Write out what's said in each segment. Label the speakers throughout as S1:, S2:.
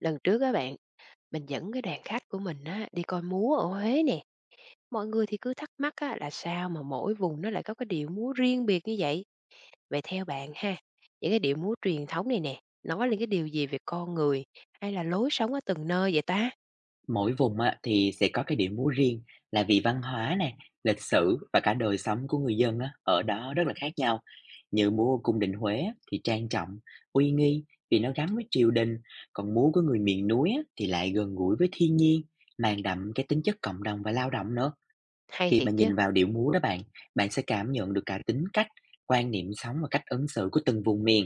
S1: Lần trước các bạn, mình dẫn cái đoàn khách của mình á, đi coi múa ở Huế nè. Mọi người thì cứ thắc mắc á, là sao mà mỗi vùng nó lại có cái điệu múa riêng biệt như vậy. Vậy theo bạn ha, những cái điệu múa truyền thống này nè, nói lên cái điều gì về con người hay là lối sống ở từng nơi vậy ta?
S2: Mỗi vùng á, thì sẽ có cái điệu múa riêng là vì văn hóa nè, lịch sử và cả đời sống của người dân á, ở đó rất là khác nhau. Như múa của cung đình Huế á, thì trang trọng, uy nghi vì nó gắn với triều đình, còn múa của người miền núi á, thì lại gần gũi với thiên nhiên, mang đậm cái tính chất cộng đồng và lao động nữa.
S1: Hay
S2: Khi mà
S1: thiệt chứ,
S2: nhìn vào điệu múa đó bạn, bạn sẽ cảm nhận được cả tính cách, quan niệm sống và cách ứng xử của từng vùng miền.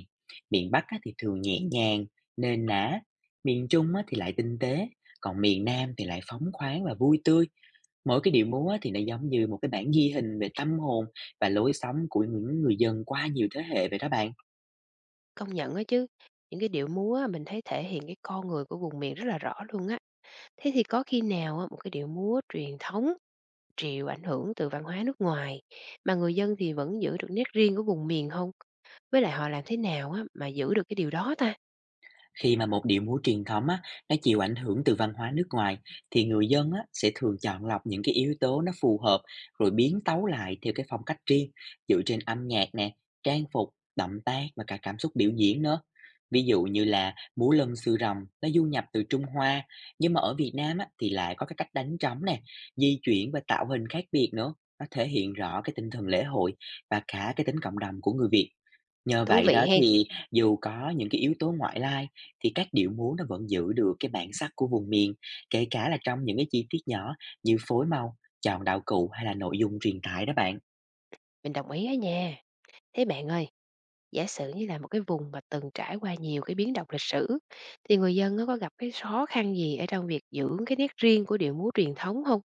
S2: Miền Bắc á, thì thường nhẹ nhàng, nền nã, miền Trung á, thì lại tinh tế, còn miền Nam thì lại phóng khoáng và vui tươi. Mỗi cái điệu múa á, thì nó giống như một cái bản ghi hình về tâm hồn và lối sống của những người dân qua nhiều thế hệ vậy đó bạn.
S1: công nhận á chứ. Những cái điệu múa á, mình thấy thể hiện cái con người của vùng miền rất là rõ luôn á. Thế thì có khi nào á, một cái điệu múa truyền thống chịu ảnh hưởng từ văn hóa nước ngoài mà người dân thì vẫn giữ được nét riêng của vùng miền không? Với lại họ làm thế nào á mà giữ được cái điều đó ta?
S2: Khi mà một điệu múa truyền thống á, nó chịu ảnh hưởng từ văn hóa nước ngoài thì người dân á, sẽ thường chọn lọc những cái yếu tố nó phù hợp rồi biến tấu lại theo cái phong cách riêng dựa trên âm nhạc nè, trang phục, động tác và cả cảm xúc biểu diễn nữa. Ví dụ như là múa lân sư rồng nó du nhập từ Trung Hoa, nhưng mà ở Việt Nam á, thì lại có cái cách đánh trống nè, di chuyển và tạo hình khác biệt nữa. Nó thể hiện rõ cái tinh thần lễ hội và cả cái tính cộng đồng của người Việt. Nhờ
S1: Thú
S2: vậy
S1: vị
S2: đó
S1: hen,
S2: thì dù có những cái yếu tố ngoại lai, thì các điệu múa nó vẫn giữ được cái bản sắc của vùng miền, kể cả là trong những cái chi tiết nhỏ như phối màu, chọn đạo cụ hay là nội dung truyền tải đó bạn.
S1: mình đồng ý á nha. Thế bạn ơi, giả sử như là một cái vùng mà từng trải qua nhiều cái biến động lịch sử thì người dân nó có gặp cái khó khăn gì ở trong việc giữ cái nét riêng của điệu múa truyền thống không?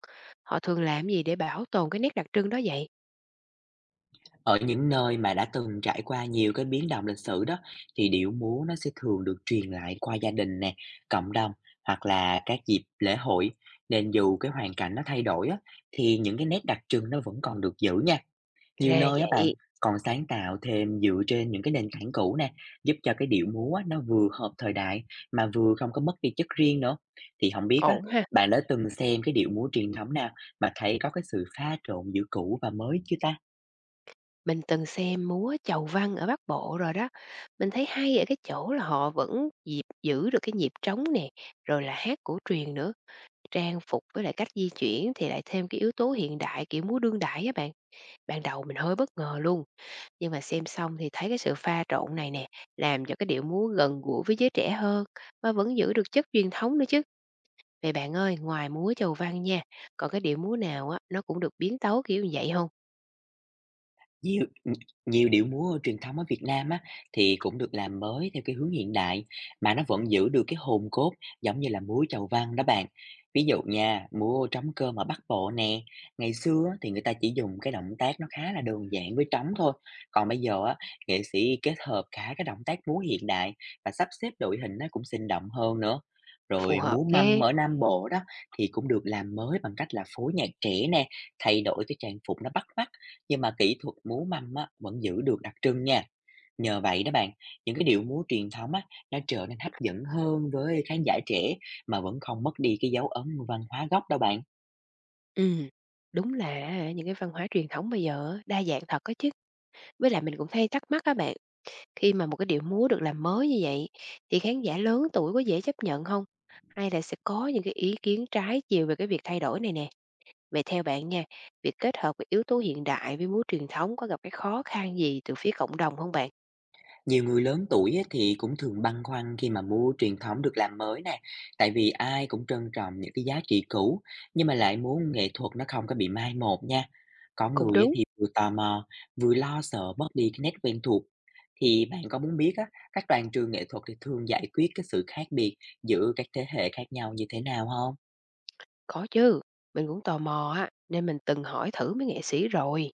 S1: Họ thường làm gì để bảo tồn cái nét đặc trưng đó vậy?
S2: Ở những nơi mà đã từng trải qua nhiều cái biến động lịch sử đó, thì điệu múa nó sẽ thường được truyền lại qua gia đình nè, cộng đồng hoặc là các dịp lễ hội. Nên dù cái hoàn cảnh nó thay đổi á, thì những cái nét đặc trưng nó vẫn còn được giữ nha. Nhiều
S1: Ra
S2: nơi á bạn
S1: vậy,
S2: còn sáng tạo thêm dựa trên những cái nền tảng cũ nè, giúp cho cái điệu múa á, nó vừa hợp thời đại mà vừa không có mất đi chất riêng nữa. Thì không biết á,
S1: ổn ha.
S2: bạn đã từng xem cái điệu múa truyền thống nào mà thấy có cái sự pha trộn giữa cũ và mới chưa ta?
S1: Mình từng xem múa chầu văn ở Bắc Bộ rồi đó. Mình thấy hay ở cái chỗ là họ vẫn dịp giữ được cái nhịp trống nè, rồi là hát cổ truyền nữa, trang phục với lại cách di chuyển thì lại thêm cái yếu tố hiện đại kiểu múa đương đại á bạn. Ban đầu mình hơi bất ngờ luôn, nhưng mà xem xong thì thấy cái sự pha trộn này nè, làm cho cái điệu múa gần gũi với giới trẻ hơn mà vẫn giữ được chất truyền thống nữa chứ. Vậy bạn ơi, ngoài múa chầu văn nha, còn cái điệu múa nào á nó cũng được biến tấu kiểu như vậy không?
S2: Nhiều nhiều điệu múa truyền thống ở Việt Nam á, thì cũng được làm mới theo cái hướng hiện đại mà nó vẫn giữ được cái hồn cốt, giống như là múa chầu văn đó bạn. Ví dụ nha, múa trống cơm ở Bắc Bộ nè, ngày xưa á, thì người ta chỉ dùng cái động tác nó khá là đơn giản với trống thôi. Còn bây giờ á, nghệ sĩ kết hợp cả cái động tác múa hiện đại và sắp xếp đội hình nó cũng sinh động hơn nữa.
S1: Phù
S2: Rồi
S1: hợp
S2: múa mâm
S1: ghê.
S2: ở Nam Bộ đó thì cũng được làm mới bằng cách là phối nhạc trẻ nè, thay đổi cái trang phục nó bắt mắt, nhưng mà kỹ thuật múa mâm á, vẫn giữ được đặc trưng nha. Nhờ vậy đó bạn, những cái điệu múa truyền thống á, nó trở nên hấp dẫn hơn với khán giả trẻ mà vẫn không mất đi cái dấu ấn văn hóa gốc đâu bạn.
S1: Ừm, đúng là á những cái văn hóa truyền thống bây giờ á, đa dạng thật có chứ. Với lại mình cũng hay thắc mắc các bạn, khi mà một cái điệu múa được làm mới như vậy thì khán giả lớn tuổi có dễ chấp nhận không? Hay là sẽ có những cái ý kiến trái chiều về cái việc thay đổi này nè? Vậy theo bạn nha, việc kết hợp cái yếu tố hiện đại với múa truyền thống có gặp cái khó khăn gì từ phía cộng đồng không bạn?
S2: Nhiều người lớn tuổi á thì cũng thường băn khoăn khi mà mua truyền thống được làm mới nè, tại vì ai cũng trân trọng những cái giá trị cũ, nhưng mà lại muốn nghệ thuật nó không có bị mai một nha. Có
S1: Cũng
S2: người á
S1: đúng,
S2: thì vừa tò mò, vừa lo sợ mất đi cái nét quen thuộc. Thì bạn có muốn biết á, các đoàn trường nghệ thuật thì thường giải quyết cái sự khác biệt giữa các thế hệ khác nhau như thế nào không?
S1: có chứ, mình cũng tò mò á, nên mình từng hỏi thử mấy nghệ sĩ rồi.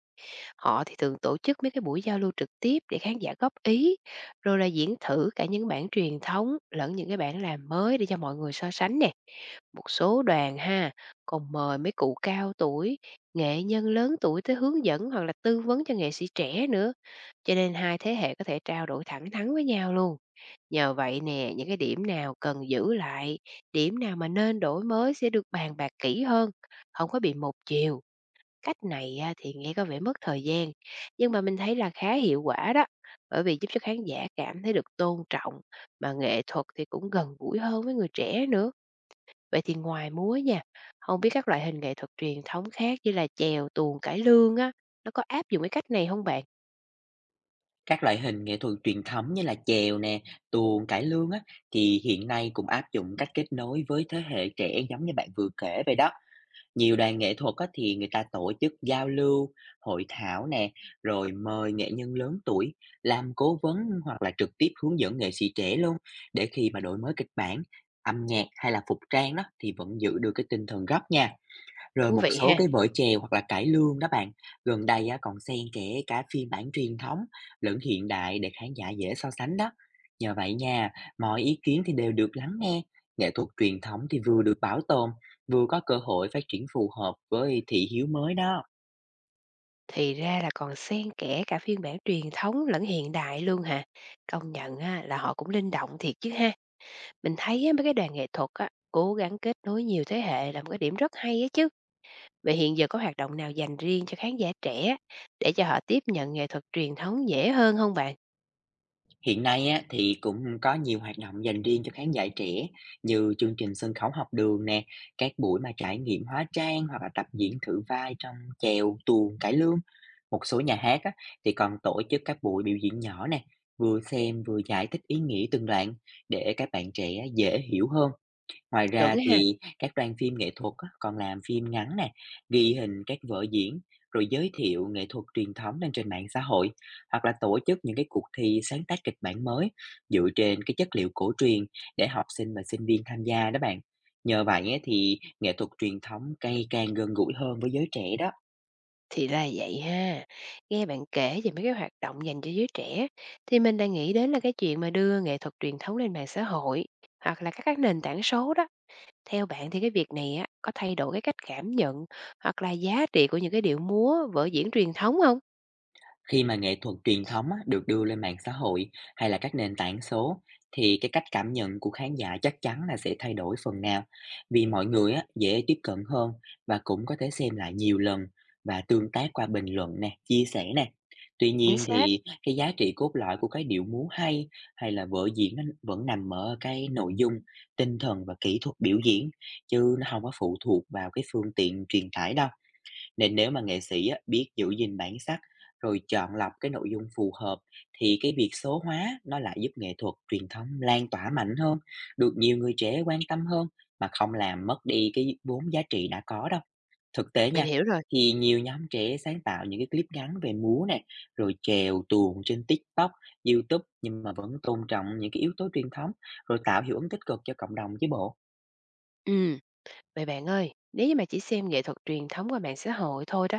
S1: Họ thì thường tổ chức mấy cái buổi giao lưu trực tiếp để khán giả góp ý, rồi là diễn thử cả những bản truyền thống lẫn những cái bản làm mới để cho mọi người so sánh nè. Một số đoàn ha, còn mời mấy cụ cao tuổi, nghệ nhân lớn tuổi tới hướng dẫn hoặc là tư vấn cho nghệ sĩ trẻ nữa. Cho nên hai thế hệ có thể trao đổi thẳng thắn với nhau luôn. Nhờ vậy nè, những cái điểm nào cần giữ lại, điểm nào mà nên đổi mới sẽ được bàn bạc kỹ hơn, không có bị một chiều. Cách này á, thì nghe có vẻ mất thời gian, nhưng mà mình thấy là khá hiệu quả đó, bởi vì giúp cho khán giả cảm thấy được tôn trọng, mà nghệ thuật thì cũng gần gũi hơn với người trẻ nữa. Vậy thì ngoài múa nha, không biết các loại hình nghệ thuật truyền thống khác như là chèo, tuồng, cải lương á, nó có áp dụng cái cách này không bạn?
S2: Các loại hình nghệ thuật truyền thống như là chèo nè, tuồng, cải lương á, thì hiện nay cũng áp dụng cách kết nối với thế hệ trẻ giống như bạn vừa kể vậy đó. Nhiều đoàn nghệ thuật á, thì người ta tổ chức giao lưu, hội thảo nè, rồi mời nghệ nhân lớn tuổi làm cố vấn hoặc là trực tiếp hướng dẫn nghệ sĩ trẻ luôn, để khi mà đổi mới kịch bản, âm nhạc hay là phục trang đó, thì vẫn giữ được cái tinh thần gốc nha. Rồi
S1: Thú
S2: một
S1: vị
S2: số
S1: ha.
S2: cái vở chèo hoặc là cải lương đó bạn, gần đây á, còn xen kẽ cả phiên bản truyền thống lẫn hiện đại để khán giả dễ so sánh đó. Nhờ vậy nha, mọi ý kiến thì đều được lắng nghe, nghệ thuật truyền thống thì vừa được bảo tồn, vừa có cơ hội phát triển phù hợp với thị hiếu mới đó.
S1: Thì ra là còn xen kẽ cả phiên bản truyền thống lẫn hiện đại luôn hả? Công nhận á, là họ cũng linh động thiệt chứ ha. Mình thấy á, mấy cái đoàn nghệ thuật á, cố gắng kết nối nhiều thế hệ là một cái điểm rất hay á chứ. Vậy hiện giờ có hoạt động nào dành riêng cho khán giả trẻ để cho họ tiếp nhận nghệ thuật truyền thống dễ hơn không bạn?
S2: Hiện nay á, thì cũng có nhiều hoạt động dành riêng cho khán giả trẻ như chương trình sân khấu học đường nè, các buổi mà trải nghiệm hóa trang hoặc là tập diễn thử vai trong chèo, tuồng, cải lương. Một số nhà hát á, thì còn tổ chức các buổi biểu diễn nhỏ nè, vừa xem vừa giải thích ý nghĩa từng đoạn để các bạn trẻ dễ hiểu hơn. Ngoài
S1: Chuẩn
S2: ra
S1: ha.
S2: thì các đoàn phim nghệ thuật á, còn làm phim ngắn nè, ghi hình các vở diễn, rồi giới thiệu nghệ thuật truyền thống lên trên mạng xã hội, hoặc là tổ chức những cái cuộc thi sáng tác kịch bản mới dựa trên cái chất liệu cổ truyền để học sinh và sinh viên tham gia đó bạn. Nhờ vậy á, thì nghệ thuật truyền thống ngày càng gần gũi hơn với giới trẻ đó.
S1: Thì là vậy ha. Nghe bạn kể về mấy cái hoạt động dành cho giới trẻ thì mình đang nghĩ đến là cái chuyện mà đưa nghệ thuật truyền thống lên mạng xã hội hoặc là các cái nền tảng số đó. Theo bạn thì cái việc này á có thay đổi cái cách cảm nhận hoặc là giá trị của những cái điệu múa, vở diễn truyền thống không?
S2: Khi mà nghệ thuật truyền thống á, được đưa lên mạng xã hội hay là các nền tảng số, thì cái cách cảm nhận của khán giả chắc chắn là sẽ thay đổi phần nào, vì mọi người á, dễ tiếp cận hơn và cũng có thể xem lại nhiều lần và tương tác qua bình luận nè, chia sẻ nè. Tuy
S1: Chính
S2: nhiên
S1: xác.
S2: thì cái giá trị cốt lõi của cái điệu múa hay hay là vở diễn nó vẫn nằm ở cái nội dung, tinh thần và kỹ thuật biểu diễn, chứ nó không có phụ thuộc vào cái phương tiện truyền tải đâu. Nên nếu mà nghệ sĩ á, biết giữ gìn bản sắc rồi chọn lọc cái nội dung phù hợp, thì cái việc số hóa nó lại giúp nghệ thuật truyền thống lan tỏa mạnh hơn, được nhiều người trẻ quan tâm hơn mà không làm mất đi cái vốn giá trị đã có đâu. Thực tế
S1: Mình
S2: nha,
S1: hiểu rồi.
S2: thì nhiều nhóm trẻ sáng tạo những cái clip ngắn về múa này, rồi chèo tuồng trên TikTok, YouTube nhưng mà vẫn tôn trọng những cái yếu tố truyền thống, rồi tạo hiệu ứng tích cực cho cộng đồng chứ bộ.
S1: Ừm, vậy bạn ơi, nếu như mà chỉ xem nghệ thuật truyền thống qua mạng xã hội thôi đó,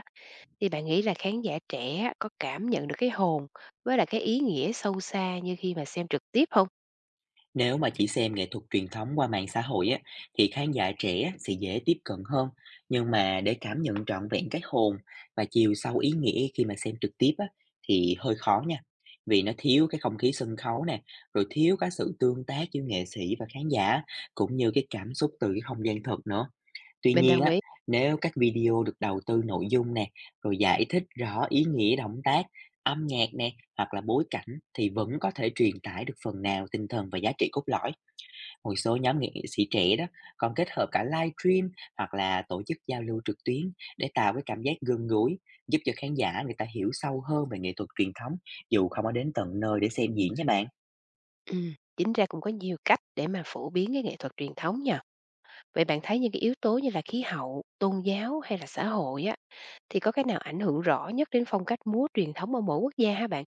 S1: thì bạn nghĩ là khán giả trẻ có cảm nhận được cái hồn với lại cái ý nghĩa sâu xa như khi mà xem trực tiếp không?
S2: Nếu mà chỉ xem nghệ thuật truyền thống qua mạng xã hội á, thì khán giả trẻ sẽ dễ tiếp cận hơn. Nhưng mà để cảm nhận trọn vẹn cái hồn và chiều sâu ý nghĩa khi mà xem trực tiếp á, thì hơi khó nha. Vì nó thiếu cái không khí sân khấu nè, rồi thiếu cái sự tương tác giữa nghệ sĩ và khán giả, cũng như cái cảm xúc từ cái không gian thật nữa. Tuy
S1: Mình
S2: nhiên
S1: đồng
S2: á,
S1: ý.
S2: nếu các video được đầu tư nội dung nè, rồi giải thích rõ ý nghĩa động tác, âm nhạc nè, hoặc là bối cảnh, thì vẫn có thể truyền tải được phần nào tinh thần và giá trị cốt lõi. Một số nhóm nghệ sĩ trẻ đó còn kết hợp cả live stream hoặc là tổ chức giao lưu trực tuyến để tạo cái cảm giác gần gũi, giúp cho khán giả người ta hiểu sâu hơn về nghệ thuật truyền thống dù không có đến tận nơi để xem diễn nha bạn.
S1: Chính ra cũng có nhiều cách để mà phổ biến cái nghệ thuật truyền thống nha. Vậy bạn thấy những cái yếu tố như là khí hậu, tôn giáo hay là xã hội á, thì có cái nào ảnh hưởng rõ nhất đến phong cách múa truyền thống ở mỗi quốc gia hả bạn?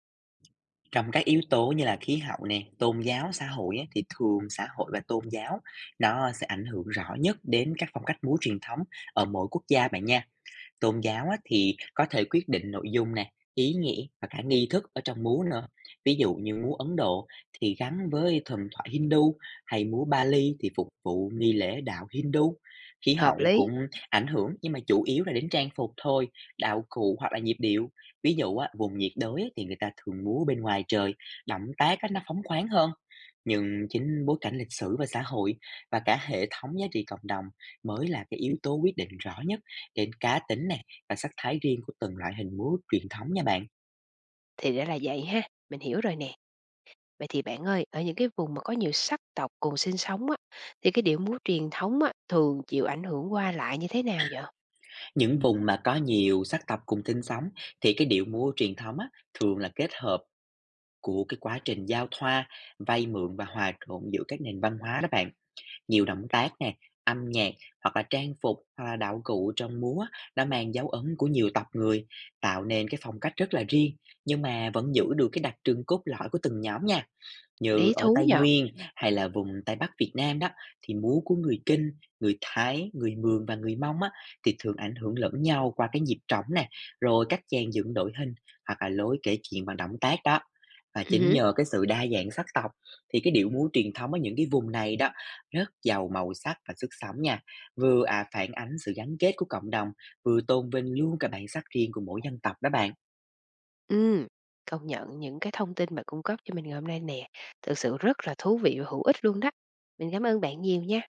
S2: Trong các yếu tố như là khí hậu nè, tôn giáo, xã hội á, thì thường xã hội và tôn giáo nó sẽ ảnh hưởng rõ nhất đến các phong cách múa truyền thống ở mỗi quốc gia bạn nha. Tôn giáo á, thì có thể quyết định nội dung nè, ý nghĩa và cả nghi thức ở trong múa nữa. Ví dụ như múa Ấn Độ thì gắn với thần thoại Hindu, hay múa Bali thì phục vụ nghi lễ đạo Hindu. Khí
S1: Hợp
S2: hậu
S1: lý.
S2: cũng ảnh hưởng nhưng mà chủ yếu là đến trang phục thôi, đạo cụ hoặc là nhịp điệu. Ví dụ á, vùng nhiệt đới á, thì người ta thường múa bên ngoài trời, động tác á, nó phóng khoáng hơn. Nhưng chính bối cảnh lịch sử và xã hội và cả hệ thống giá trị cộng đồng mới là cái yếu tố quyết định rõ nhất đến cá tính nè và sắc thái riêng của từng loại hình múa truyền thống nha bạn.
S1: Thì đã là vậy ha, mình hiểu rồi nè. Vậy thì bạn ơi, ở những cái vùng mà có nhiều sắc tộc cùng sinh sống á, thì cái điệu múa truyền thống á, thường chịu ảnh hưởng qua lại như thế nào vậy?
S2: Những vùng mà có nhiều sắc tộc cùng sinh sống thì cái điệu múa truyền thống á, thường là kết hợp của cái quá trình giao thoa, vay mượn và hòa trộn giữa các nền văn hóa đó bạn. Nhiều động tác nè, âm nhạc hoặc là trang phục hoặc là đạo cụ trong múa đã mang dấu ấn của nhiều tộc người, tạo nên cái phong cách rất là riêng nhưng mà vẫn giữ được cái đặc trưng cốt lõi của từng nhóm nha. Như
S1: Lý
S2: ở
S1: thú
S2: Tây
S1: nhỉ?
S2: Nguyên hay là vùng Tây Bắc Việt Nam đó, thì múa của người Kinh, người Thái, người Mường và người Mông á, thì thường ảnh hưởng lẫn nhau qua cái nhịp trống nè, rồi cách dàn dựng đội hình hoặc là lối kể chuyện bằng động tác đó. Và
S1: Ừ,
S2: chính
S1: hứm,
S2: nhờ cái sự đa dạng sắc tộc thì cái điệu múa truyền thống ở những cái vùng này đó rất giàu màu sắc và sức sống nha. Vừa phản ánh sự gắn kết của cộng đồng, vừa tôn vinh luôn cả bản sắc riêng của mỗi dân tộc đó bạn.
S1: ừm, công nhận những cái thông tin bạn cung cấp cho mình ngày hôm nay nè, thực sự rất là thú vị và hữu ích luôn đó. Mình cảm ơn bạn nhiều nha.